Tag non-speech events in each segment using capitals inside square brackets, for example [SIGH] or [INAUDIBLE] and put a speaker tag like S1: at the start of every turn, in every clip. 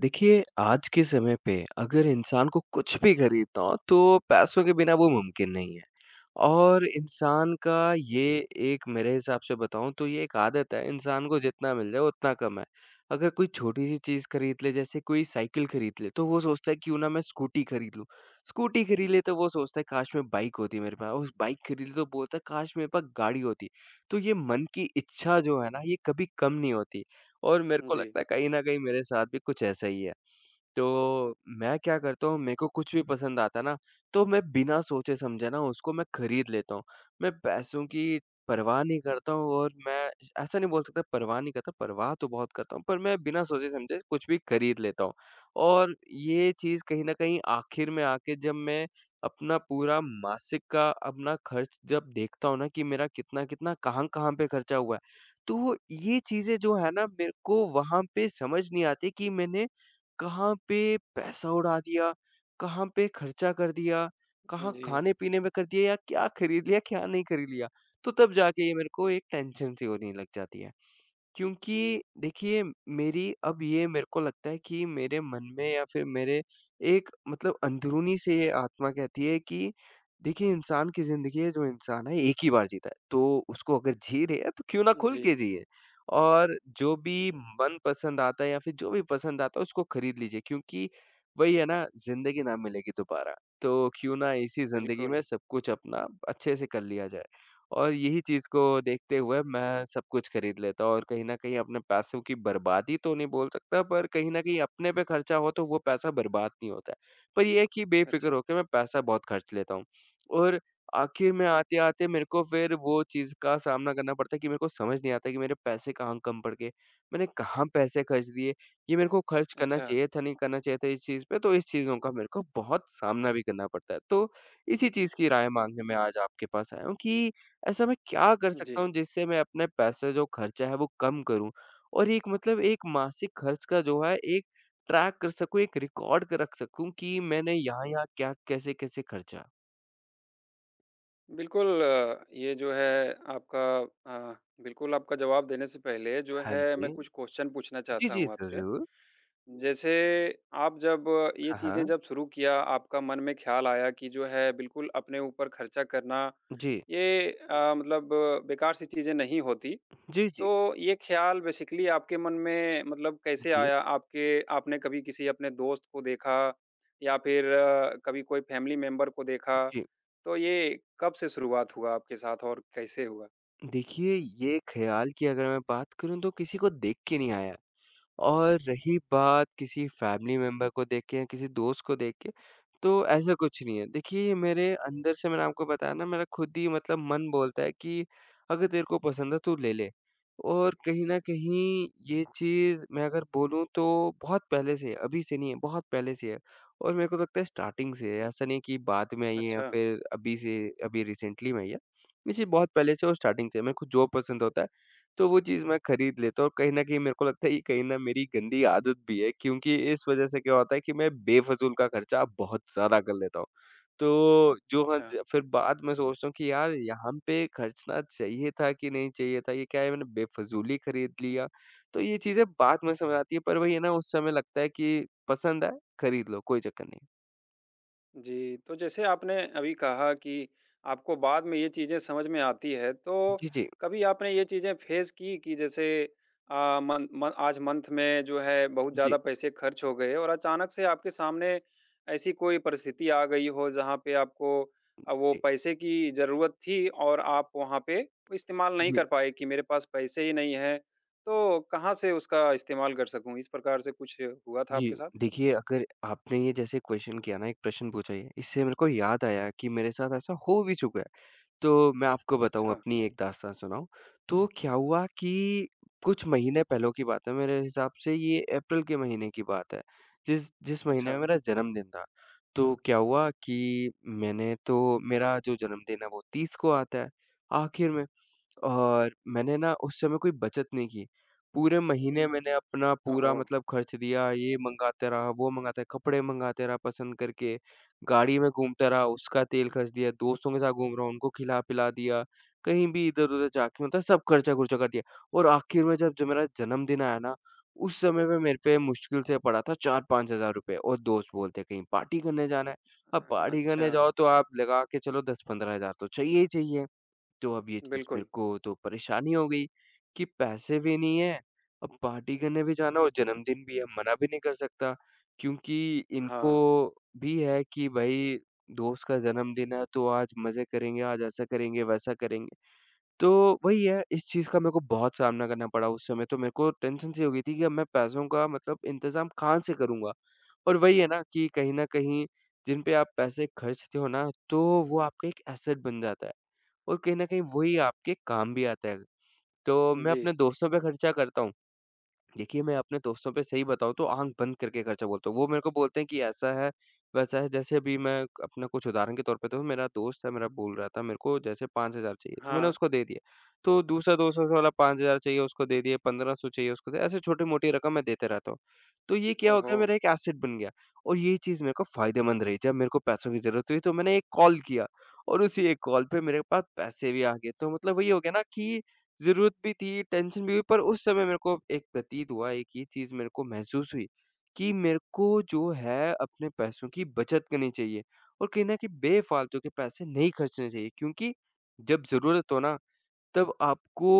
S1: देखिए, आज के समय पे अगर इंसान को कुछ भी खरीदना हो तो पैसों के बिना वो मुमकिन नहीं है। और इंसान का ये एक मेरे हिसाब से बताऊँ तो ये एक आदत है, इंसान को जितना मिल जाए उतना कम है। अगर कोई छोटी-सी चीज़ खरीद ले, जैसे कोई साइकिल खरीद ले, तो वो सोचता है क्यों ना मैं स्कूटी खरीद लूँ। स्कूटी खरीद ले तो वो सोचता है काश मैं बाइक होती मेरे पास, उस बाइक खरीद ले तो बोलता है काश मेरे पास गाड़ी होती। तो ये मन की इच्छा जो है ना, ये कभी कम नहीं होती, और मेरे को
S2: जी,
S1: लगता है कहीं न कहीं मेरे साथ भी कुछ ऐसा ही है। तो मैं क्या करता हूँ, मेरे को कुछ भी पसंद आता है ना, तो मैं बिना सोचे-समझे ना उसको मैं खरीद लेता हूँ। मैं पैसों की परवाह नहीं करता हूँ, और मैं ऐसा नहीं बोल सकता परवाह नहीं करता, परवाह तो बहुत करता हूँ, पर मैं बिना सोचे-समझे कुछ भी खरीद लेता हूँ। और ये चीज़ कहीं न कहीं आखिर में आके, जब मैं अपना पूरा मासिक का अपना खर्च जब देखता हूँ ना, कि मेरा कितना-कितना, कहाँ-कहाँ पे खर्चा हुआ है, तो ये चीज़ें जो है ना, मेरे को वहाँ पे समझ नहीं आती कि मैंने कहाँ पे पैसा उड़ा दिया, कहाँ पे खर्चा कर दिया, कहाँ
S2: जी,
S1: खाने-पीने में कर दिया, या क्या खरीद लिया, क्या नहीं खरीद लिया। तो तब जाके ये मेरे को एक टेंशन सी होने लग जाती है। क्योंकि देखिए, मेरी अब ये मेरे को लगता है कि मेरे मन में, या फिर मेरे एक मतलब अंदरूनी से, ये आत्मा कहती है कि देखिए, इंसान की ज़िंदगी है, जो इंसान है एक ही बार जीता है, तो उसको अगर जी रहे है तो क्यों ना खुल
S2: जी,
S1: के जिए, और जो भी मनपसंद आता है या फिर जो भी पसंद आता है उसको खरीद लीजिए, क्योंकि वही है ना, ज़िंदगी ना मिलेगी दोबारा, तो क्यों ना इसी ज़िंदगी
S2: बिल्कुल।
S1: में सब कुछ अपना अच्छे से कर लिया जाए। और यही चीज़ को देखते हुए मैं सब कुछ खरीद लेता हूँ। और कहीं न कहीं अपने पैसों की बर्बादी तो नहीं बोल सकता, पर कहीं न कहीं अपने पे खर्चा हो तो वो पैसा बर्बाद नहीं होता है। पर ये है कि बेफ़िक्र
S2: अच्छा,
S1: होके मैं पैसा बहुत खर्च लेता हूँ, और आखिर में आते-आते मेरे को फिर वो चीज़ का सामना करना पड़ता है कि मेरे को समझ नहीं आता कि मेरे पैसे कहाँ कम पड़ गए। मैंने कहाँ पैसे खर्च दिए? ये मेरे को खर्च करना
S2: अच्छा,
S1: चाहिए था, नहीं करना चाहिए था इस चीज़ पे, तो इस चीज़ों का मेरे को बहुत सामना भी करना पड़ता है। तो इसी चीज़ की राय माँगने मैं आज आपके पास आया हूँ कि ऐसा मैं क्या कर
S2: जी।
S1: सकता हूँ जिससे मैं अपने पैसे जो खर्चा है वो कम करूँ? और एक मतलब एक मासिक खर्च का जो है एक ट्रैक कर सकूँ, एक रिकॉर्ड क रख सकूँ कि मैंने यहाँ-यहाँ क्या कैसे-कैसे खर्चा?
S2: बिल्कुल, ये जो है आपका अ, बिल्कुल आपका जवाब देने से पहले जो
S1: हाँ
S2: है मैं
S1: जी।
S2: कुछ क्वेश्चन पूछना
S1: जी,
S2: चाहता
S1: जी,
S2: हूँ आपसे।
S1: ज़रूर।
S2: जैसे आप जब ये
S1: हाँ,
S2: चीज़ें
S1: हाँ।
S2: जब शुरू किया, आपका मन में ख़्याल आया कि जो है बिल्कुल अपने ऊपर खर्चा करना,
S1: जी।
S2: ये मतलब बेकार सी चीज़ें नहीं होती।
S1: जी, जी,
S2: तो ये ख़्याल बेसिकली आपके मन में मतलब कैसे
S1: जी,
S2: आया? आपके आपने कभी किसी अपने दोस्त को देखा या फिर कभी कोई फ़ैमिली मेंबर को देखा?
S1: जी।
S2: तो ये कब से शुरुआत हुआ आपके साथ और कैसे हुआ?
S1: देखिए, ये ख़्याल की अगर मैं बात करूँ तो किसी को देख के नहीं आया। और रही बात किसी फैमिली मेंबर को देख के या किसी दोस्त को देख के, तो ऐसा कुछ नहीं है। देखिए, मेरे अंदर से मैंने आपको बताया ना, मेरा खुद ही मतलब मन बोलता है कि अगर तेरे को पसंद है, तू ले ले। और कहीं न कहीं ये चीज़ मैं अगर बोलूँ तो बहुत पहले से है, अभी से नहीं है, बहुत पहले से है। और मेरे को लगता है स्टार्टिंग से है, ऐसा नहीं है कि बाद में आई है या
S2: अच्छा,
S1: फिर अभी से अभी रिसेंटली में आई है। ये चीज़ बहुत पहले से और स्टार्टिंग से है, मेरे को जो पसंद होता है तो वो चीज़ मैं खरीद लेता हूँ, और कहीं न कहीं मेरे को लगता है ये कहीं न मेरी गंदी आदत भी है, क्योंकि इस वज़ह से क्या होता है कि मैं बेफ़िज़ूल का खर्चा बहुत ज़्यादा कर लेता हूँ। तो जो है
S2: अच्छा।
S1: ज फिर बाद में सोचता हूँ कि यार यहाँ पे खर्चना चाहिए था कि नहीं चाहिए था, ये क्या है मैंने बेफ़िज़ूली खरीद लिया। तो ये चीज़ें बाद में समझ आती है, पर वही है ना, उस समय लगता है कि पसंद आए खरीद लो, कोई चक्कर नहीं।
S2: जी, तो जैसे आपने अभी कहा कि आपको बाद में ये चीज़ें समझ में आती है, तो
S1: जी, जी।
S2: कभी आपने ये चीज़ें फेस की कि जैसे मन म आज मंथ में जो है बहुत
S1: जी,
S2: ज़्यादा पैसे खर्च हो गए और अचानक से आपके सामने ऐसी कोई परिस्थिति आ गई हो जहाँ पे आपको वो
S1: जी।
S2: पैसे की ज़रूरत थी और आप वहाँ पे वो इस्तेमाल नहीं
S1: जी।
S2: कर पाए कि मेरे पास पैसे ही नहीं हैं, तो कहाँ से उसका इस्तेमाल कर सकूँ? इस प्रकार से कुछ हुआ था आपके
S1: जी,
S2: साथ?
S1: देखिए, अगर आपने ये जैसे क्वेश्चन किया ना, एक प्रश्न पूछा ये, इससे मेरे को याद आया कि मेरे साथ ऐसा हो भी चुका है। तो मैं आपको बताऊँ,
S2: अच्छा,
S1: अपनी एक दास्तान सुनाऊँ। तो क्या हुआ कि कुछ महीने पहले की बात है, मेरे हिसाब से ये अप्रैल के महीने की बात है, जिस जिस महीने
S2: अच्छा।
S1: में मेरा जन्मदिन था। तो क्या हुआ कि मैंने, तो मेरा जो जन्मदिन है वो 30 को आता है, आखिर में। और मैंने ना उस समय कोई बचत नहीं की। पूरे महीने मैंने अपना पूरा
S2: ओहो!
S1: मतलब खर्च दिया, ये मँगाते रहा, वो मँगाते कपड़े मँगाते रहा पसंद करके, गाड़ी में घूमता रहा, उसका तेल खर्च दिया, दोस्तों के साथ घूम रहा हूँ, उनको खिला-पिला दिया, कहीं भी इधर-उधर जाके मतलब सब खर्चा-खुर्चा कर दिया। और आखिर में जब जब मेरा जन्मदिन आया ना, उस समय पे मेरे पे मुश्किल से पड़ा था 4-5 हज़ार रुपए, और दोस्त बोलते कहीं पार्टी करने जाना है। अब पार्टी
S2: अच्छा।
S1: करने जाओ तो आप लगा के चलो 10-15 हज़ार तो चाहिए ही चाहिए। तो अब ये चीज़ मेरे
S2: बिल्कुल,
S1: को तो परेशानी हो गई कि पैसे भी नहीं है, अब पार्टी करने भी जाना, और जन्मदिन भी है, मना भी नहीं कर सकता, क्योंकि इनको
S2: हाँ,
S1: भी है कि भाई दोस्त का जन्मदिन है तो आज मज़े करेंगे, आज ऐसा करेंगे, वैसा करेंगे। तो वही है, इस चीज़ का मेरे को बहुत सामना करना पड़ा उस समय, तो मेरे को टेंशन सी हो गई थी कि अब मैं पैसों का मतलब इंतज़ाम कहाँ से करूँगा? और वही है ना, कि कहीं न कहीं जिन पे आप पैसे खर्चते हो ना, तो वो आपका एक एसेट बन जाता है, और कहीं न कहीं वही आपके काम भी आता है। तो मैं अपने
S2: जी,
S1: दोस्तों पे खर्चा करता हूँ। देखिए, मैं अपने दोस्तों पे सही बताऊँ तो आँख बंद करके खर्चा बोलता हूँ। वो मेरे को बोलते हैं कि ऐसा है, वैसा है। जैसे अभी मैं अपना कुछ उदाहरण के तौर पे दूँ, मेरा दोस्त है, मेरा बोल रहा था मेरे को जैसे 5,000 चाहिए, तो मैंने
S2: हाँ,
S1: उसको दे दिया। तो दूसरा दोस्त वाला 5,000 चाहिए उसको दे दिए, 1,500 चाहिए उसको दे, ऐसे छोटी-मोटी रकम मैं देते रहता हूँ। तो ये क्या हो
S2: ओहो!
S1: गया, मेरा एक एसेट बन गया, और ये चीज़ मेरे को फ़ायदेमंद रही। जब मेरे को पैसों की ज़रूरत हुई तो मैंने एक कॉल किया, और उसी एक कॉल पे मेरे पास पैसे भी आ गए। तो मतलब वही हो गया ना, कि ज़रूरत भी थी, टेंशन भी हुई, पर उस समय मेरे को एक प्रतीत हुआ, एक ये चीज़ मेरे को महसूस हुई कि मेरे को जो है अपने पैसों की बचत करनी चाहिए, और कहीं न कहीं बेफ़ालतू के पैसे नहीं खर्चने चाहिए, क्योंकि जब ज़रूरत हो ना, तब आपको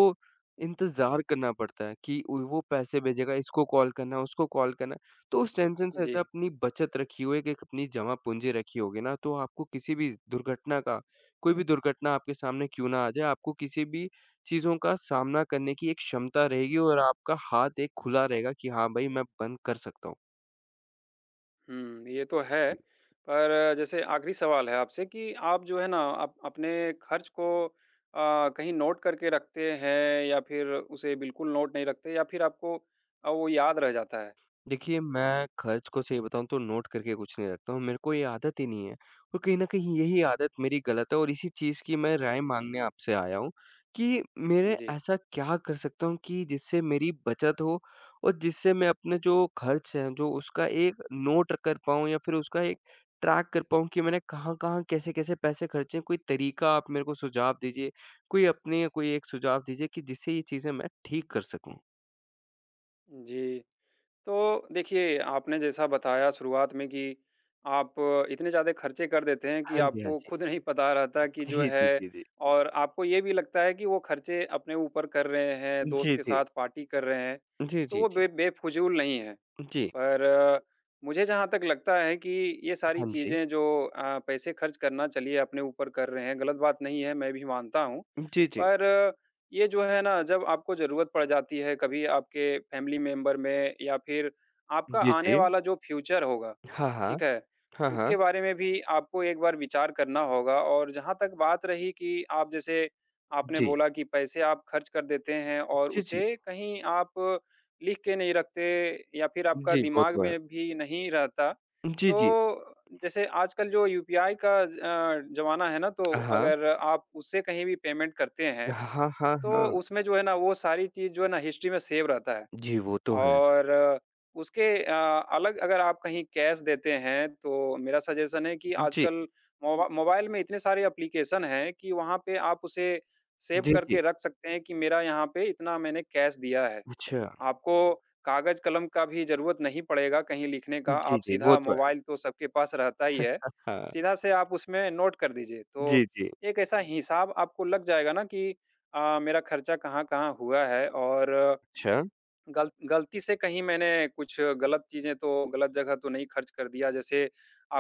S1: इंतज़ार करना पड़ता है कि उ वो पैसे भेजेगा, इसको कॉल करना है, उसको कॉल करना है। तो उस टेंशन से
S2: जी,
S1: अच्छा अपनी बचत रखी हो, एक-एक अपनी जमा पूँजी रखी होगी ना, तो आपको किसी भी दुर्घटना का, कोई भी दुर्घटना आपके सामने क्यों ना आ जाए, आपको किसी भी चीज़ों का सामना करने की एक क्षमता रहेगी, और आपका हाथ एक खुला रहेगा कि हाँ, भई मैं बंद कर सकता हूँ। जी।
S2: हुँ, ये तो है। पर जैसे आखिरी सवाल है आपसे कि आप जो है ना आप अपने खर्च को कहीं नोट करके रखते हैं या फिर उसे बिल्कुल नोट नहीं रखते या फिर आपको वो याद रह जाता है?
S1: देखिए, मैं खर्च को सही बताऊँ तो नोट करके कुछ नहीं रखता हूँ, मेरे को ये आदत ही नहीं है, और कहीं न कहीं यही आदत मेरी गलत है, और इसी चीज़ की मैं राय माँगने आपसे आया हूँ कि मेरे
S2: जी,
S1: ऐसा क्या कर सकता हूँ कि जिससे मेरी बचत हो, और जिससे मैं अपने जो खर्च है, जो उसका एक नोट कर पाऊँ, या फिर उसका एक ट्रैक कर पाऊँ कि मैंने कहाँ-कहाँ, कैसे-कैसे पैसे खर्चे हैं? कोई तरीका आप मेरे को सुझाव दीजिए, कोई अपने कोई एक सुझाव दीजिए कि जिससे ये चीज़ें मैं ठीक कर सकूँ।
S2: जी। तो देखिए, आपने जैसा बताया शुरुआत में कि आप इतने ज़्यादा खर्चे कर देते हैं कि
S1: हाँ जी, हाँ
S2: आपको
S1: जी।
S2: खुद नहीं पता रहता कि जो
S1: जी, जी,
S2: है
S1: जी, जी।
S2: और आपको ये भी लगता है कि वो खर्चे अपने ऊपर कर रहे हैं, दोस्त
S1: जी,
S2: के
S1: जी।
S2: साथ पार्टी कर रहे हैं,
S1: जी,
S2: तो
S1: जी,
S2: वो
S1: जी।
S2: बे बेफ़िज़ूल नहीं है।
S1: जी,
S2: पर मुझे जहाँ तक लगता है कि ये सारी
S1: हाँ जी।
S2: चीज़ें जो पैसे खर्च करना चलिए अपने ऊपर कर रहे हैं, गलत बात नहीं है, मैं भी मानता हूँ।
S1: जी, जी।
S2: पर ये जो है ना जब आपको ज़रूरत पड़ जाती है, कभी आपके फैमिली मेंबर में या फिर आपका
S1: जी,
S2: आने
S1: जी।
S2: वाला जो फ्यूचर होगा,
S1: हाँ, हाँ।
S2: ठीक है?
S1: हाँ, हाँ।
S2: उसके बारे में भी आपको एक बार विचार करना होगा और जहाँ तक बात रही कि आप जैसे आपने
S1: जी।
S2: बोला कि पैसे आप खर्च कर देते हैं और
S1: जी, जी।
S2: उसे कहीं आप लिख के नहीं रखते या फिर आपका
S1: जी, वो
S2: दिमाग
S1: तो है।
S2: में भी नहीं रहता।
S1: जी,
S2: तो
S1: जी।
S2: जैसे आजकल जो यूपीआई का ज़माना है ना, तो
S1: हाँ, हाँ।
S2: अगर आप उससे कहीं भी पेमेंट करते हैं,
S1: हाँ, हाँ,
S2: तो
S1: हाँ।
S2: उसमें जो है ना वो सारी चीज़ जो है ना हिस्ट्री में सेव रहता है।
S1: जी, वो तो है।
S2: और उसके अलग अगर आप कहीं कैश देते हैं, तो मेरा सजेशन है कि
S1: जी।
S2: आजकल मोबाइल में इतने सारे एप्लीकेशन हैं कि वहाँ पे आप उसे सेव
S1: जी, जी।
S2: करके रख सकते हैं कि मेरा यहाँ पे इतना मैंने कैश दिया है।
S1: अच्छा।
S2: आपको कागज कलम का भी ज़रूरत नहीं पड़ेगा कहीं लिखने का,
S1: जी,
S2: आप
S1: जी, वो
S2: सीधा
S1: तो है।
S2: मोबाइल तो सबके पास रहता ही है,
S1: हाँ।
S2: सीधा से आप उसमें नोट कर दीजिए।
S1: जी,
S2: तो
S1: जी।
S2: एक ऐसा हिसाब आपको लग जाएगा ना कि मेरा खर्चा कहाँ-कहाँ हुआ है और
S1: अच्छा।
S2: गल गलती से कहीं मैंने कुछ गलत चीज़ें तो गलत जगह तो नहीं खर्च कर दिया। जैसे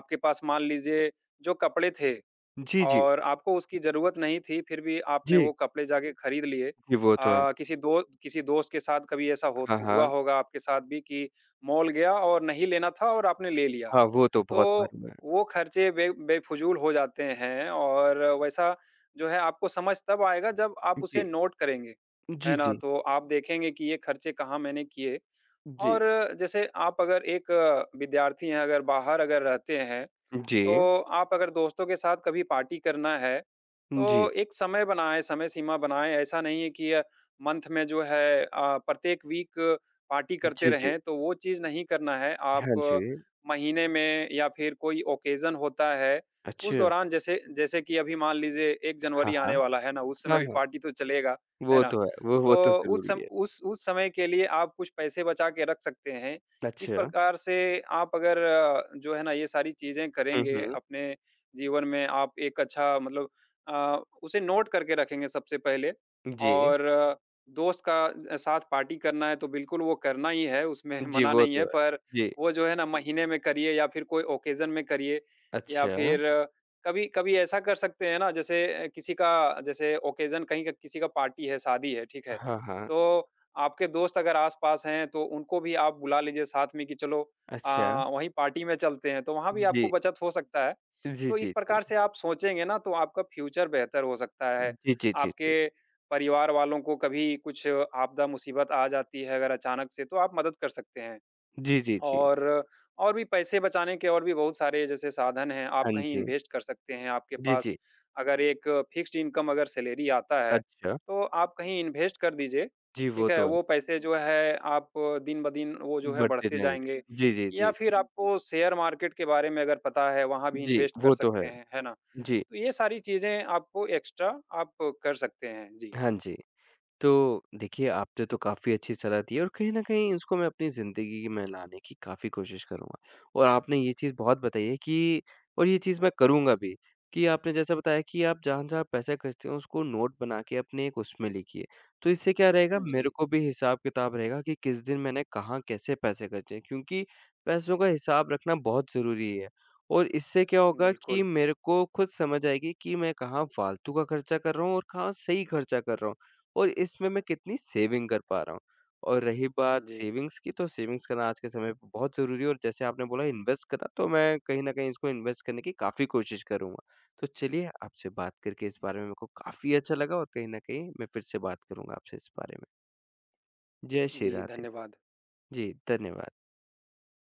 S2: आपके पास मान लीजिए जो कपड़े थे
S1: जी, जी।
S2: और आपको उसकी ज़रूरत नहीं थी, फिर भी आपने
S1: जी।
S2: वो कपड़े जाके खरीद लिए।
S1: जी, वो तो है।
S2: किसी दो किसी दोस्त के साथ कभी ऐसा हो
S1: हाँ,
S2: हुआ
S1: हाँ।
S2: होगा आपके साथ भी कि मॉल गया और नहीं लेना था और आपने ले लिया।
S1: हाँ, वो तो
S2: तो
S1: बहुत बार हुआ है।
S2: वो खर्चे बे बेफुज़ूल हो जाते हैं और वैसा जो है आपको समझ तब आएगा जब आप
S1: जी।
S2: उसे नोट करेंगे,
S1: जी,
S2: है ना?
S1: जी।
S2: तो आप देखेंगे कि ये खर्चे कहाँ मैंने किए
S1: जी।
S2: और जैसे आप अगर एक विद्यार्थी हैं, अगर बाहर अगर रहते हैं,
S1: जी।
S2: तो आप अगर दोस्तों के साथ कभी पार्टी करना है,
S1: जी।
S2: तो एक समय बनाएँ, समय सीमा बनाएँ। ऐसा नहीं है कि मंथ में जो है प्रत्येक वीक पार्टी करते
S1: जी, जी।
S2: रहें, तो वो चीज़ नहीं करना है।
S1: हाँ जी।
S2: आप महीने में या फिर कोई ओकेज़न होता है, उस
S1: अच्छा।
S2: दौरान जैसे जैसे कि अभी मान लीजिए 1
S1: हाँ,
S2: जनवरी
S1: हाँ।
S2: आने वाला है ना, उस
S1: हाँ,
S2: समय भी
S1: हाँ।
S2: पार्टी तो चलेगा,
S1: वो
S2: है ना?
S1: तो है। वो तो
S2: तो उस
S1: ज़रूरी
S2: सम
S1: है।
S2: उस समय के लिए आप कुछ पैसे बचा के रख सकते हैं। इस
S1: अच्छा।
S2: प्रकार से आप अगर जो है ना ये सारी चीज़ें
S1: हुँ,
S2: करेंगे
S1: हुँ।
S2: अपने जीवन में आप एक अच्छा मतलब उसे नोट करके रखेंगे सबसे पहले
S1: जी।
S2: और दोस्त का साथ पार्टी करना है तो बिल्कुल वो करना ही है, उसमें [LAUGHS]
S1: जी,
S2: मना
S1: वो
S2: नहीं है
S1: तो है।
S2: पर
S1: जी।
S2: वो जो है ना महीने में करिए या फिर कोई ओकेज़न में करिए या
S1: अच्छा।
S2: फिर कभी कभी ऐसा कर सकते हैं ना जैसे किसी का जैसे ओकेज़न कहीं का किसी का पार्टी है, शादी है, ठीक है?
S1: हाँ, हाँ।
S2: तो आपके दोस्त अगर आस-पास हैं तो उनको भी आप बुला लीजिए साथ में कि चलो अ,
S1: अच्छा।
S2: वहीं पार्टी में चलते हैं, तो वहाँ भी आपको
S1: जी।
S2: बचत हो सकता है।
S1: जी,
S2: तो इस
S1: जी, जी।
S2: प्रकार से आप सोचेंगे ना तो आपका फ्यूचर बेहतर हो सकता है।
S1: जी, जी, जी,
S2: आपके
S1: जी।
S2: परिवार वालों को कभी कुछ आपदा मुसीबत आ जाती है अगर अचानक से तो आप मदद कर सकते हैं।
S1: जी, जी, जी।
S2: और और भी पैसे बचाने के और भी बहुत सारे जैसे साधन हैं, आप
S1: हाँ
S2: कहीं
S1: जी।
S2: इन्वेस्ट कर सकते हैं। आपके
S1: जी,
S2: पास
S1: जी।
S2: अगर एक फ़िक्स्ड इनकम अगर सैलरी आता है,
S1: अच्छा।
S2: तो आप कहीं इन्वेस्ट कर दीजिए,
S1: जी, वो
S2: ठीक है?
S1: तो है।
S2: वो पैसे जो है आप दिन-ब-दिन वो जो है
S1: बढ़ते
S2: बढ़ते
S1: जाएँगे।
S2: जाएँगे
S1: जी, जी, जी,
S2: या फिर
S1: जी।
S2: आपको शेयर मार्केट के बारे में अगर पता है, वहाँ भी
S1: जी,
S2: इन्वेस्ट कर
S1: वो तो है।
S2: सकते हैं, है ना?
S1: जी।
S2: तो ये सारी चीज़ें आपको एक्स्ट्रा आप कर सकते हैं। जी।
S1: हाँ जी। तो देखिए, आपने तो काफ़ी अच्छी सलाह दी है, और कहीं न कहीं इसको मैं अपनी ज़िंदगी में लाने की काफ़ी कोशिश करूँगा। और आपने ये चीज़ बहुत बताई है कि, और ये चीज़ मैं करूँगा भी, कि आपने जैसा बताया कि आप जहाँ-जहाँ पैसे खर्चते हो उसको नोट बना के अपने एक उसमें लिखिए। तो इससे क्या रहेगा, मेरे
S2: जी,
S1: को भी हिसाब-किताब रहेगा कि किस दिन मैंने कहाँ कैसे पैसे खर्चे हैं, क्योंकि पैसों का हिसाब रखना बहुत ज़रूरी है। और इससे क्या होगा कि
S2: बिल्कुल।
S1: मेरे को खुद समझ आएगी कि मैं कहाँ फ़ालतू का खर्चा कर रहा हूँ, और कहाँ सही खर्चा कर रहा हूँ। और इसमें मैं कितनी सेविंग कर पा रहा हूँ। और रही बात
S2: जी।
S1: सेविंग्स की, तो सेविंग्स करना आज के समय पे बहुत ज़रूरी है, और जैसे आपने बोला इन्वेस्ट करना, तो मैं कहीं न कहीं इसको इन्वेस्ट करने की काफ़ी कोशिश करूँगा। तो चलिए, आपसे बात करके इस बारे में मेरे को काफ़ी अच्छा लगा, और कहीं न कहीं मैं फिर से बात करूँगा आपसे इस बारे में। जय श्री
S2: जी,
S1: राधे।
S2: धन्यवाद।
S1: जी, धन्यवाद।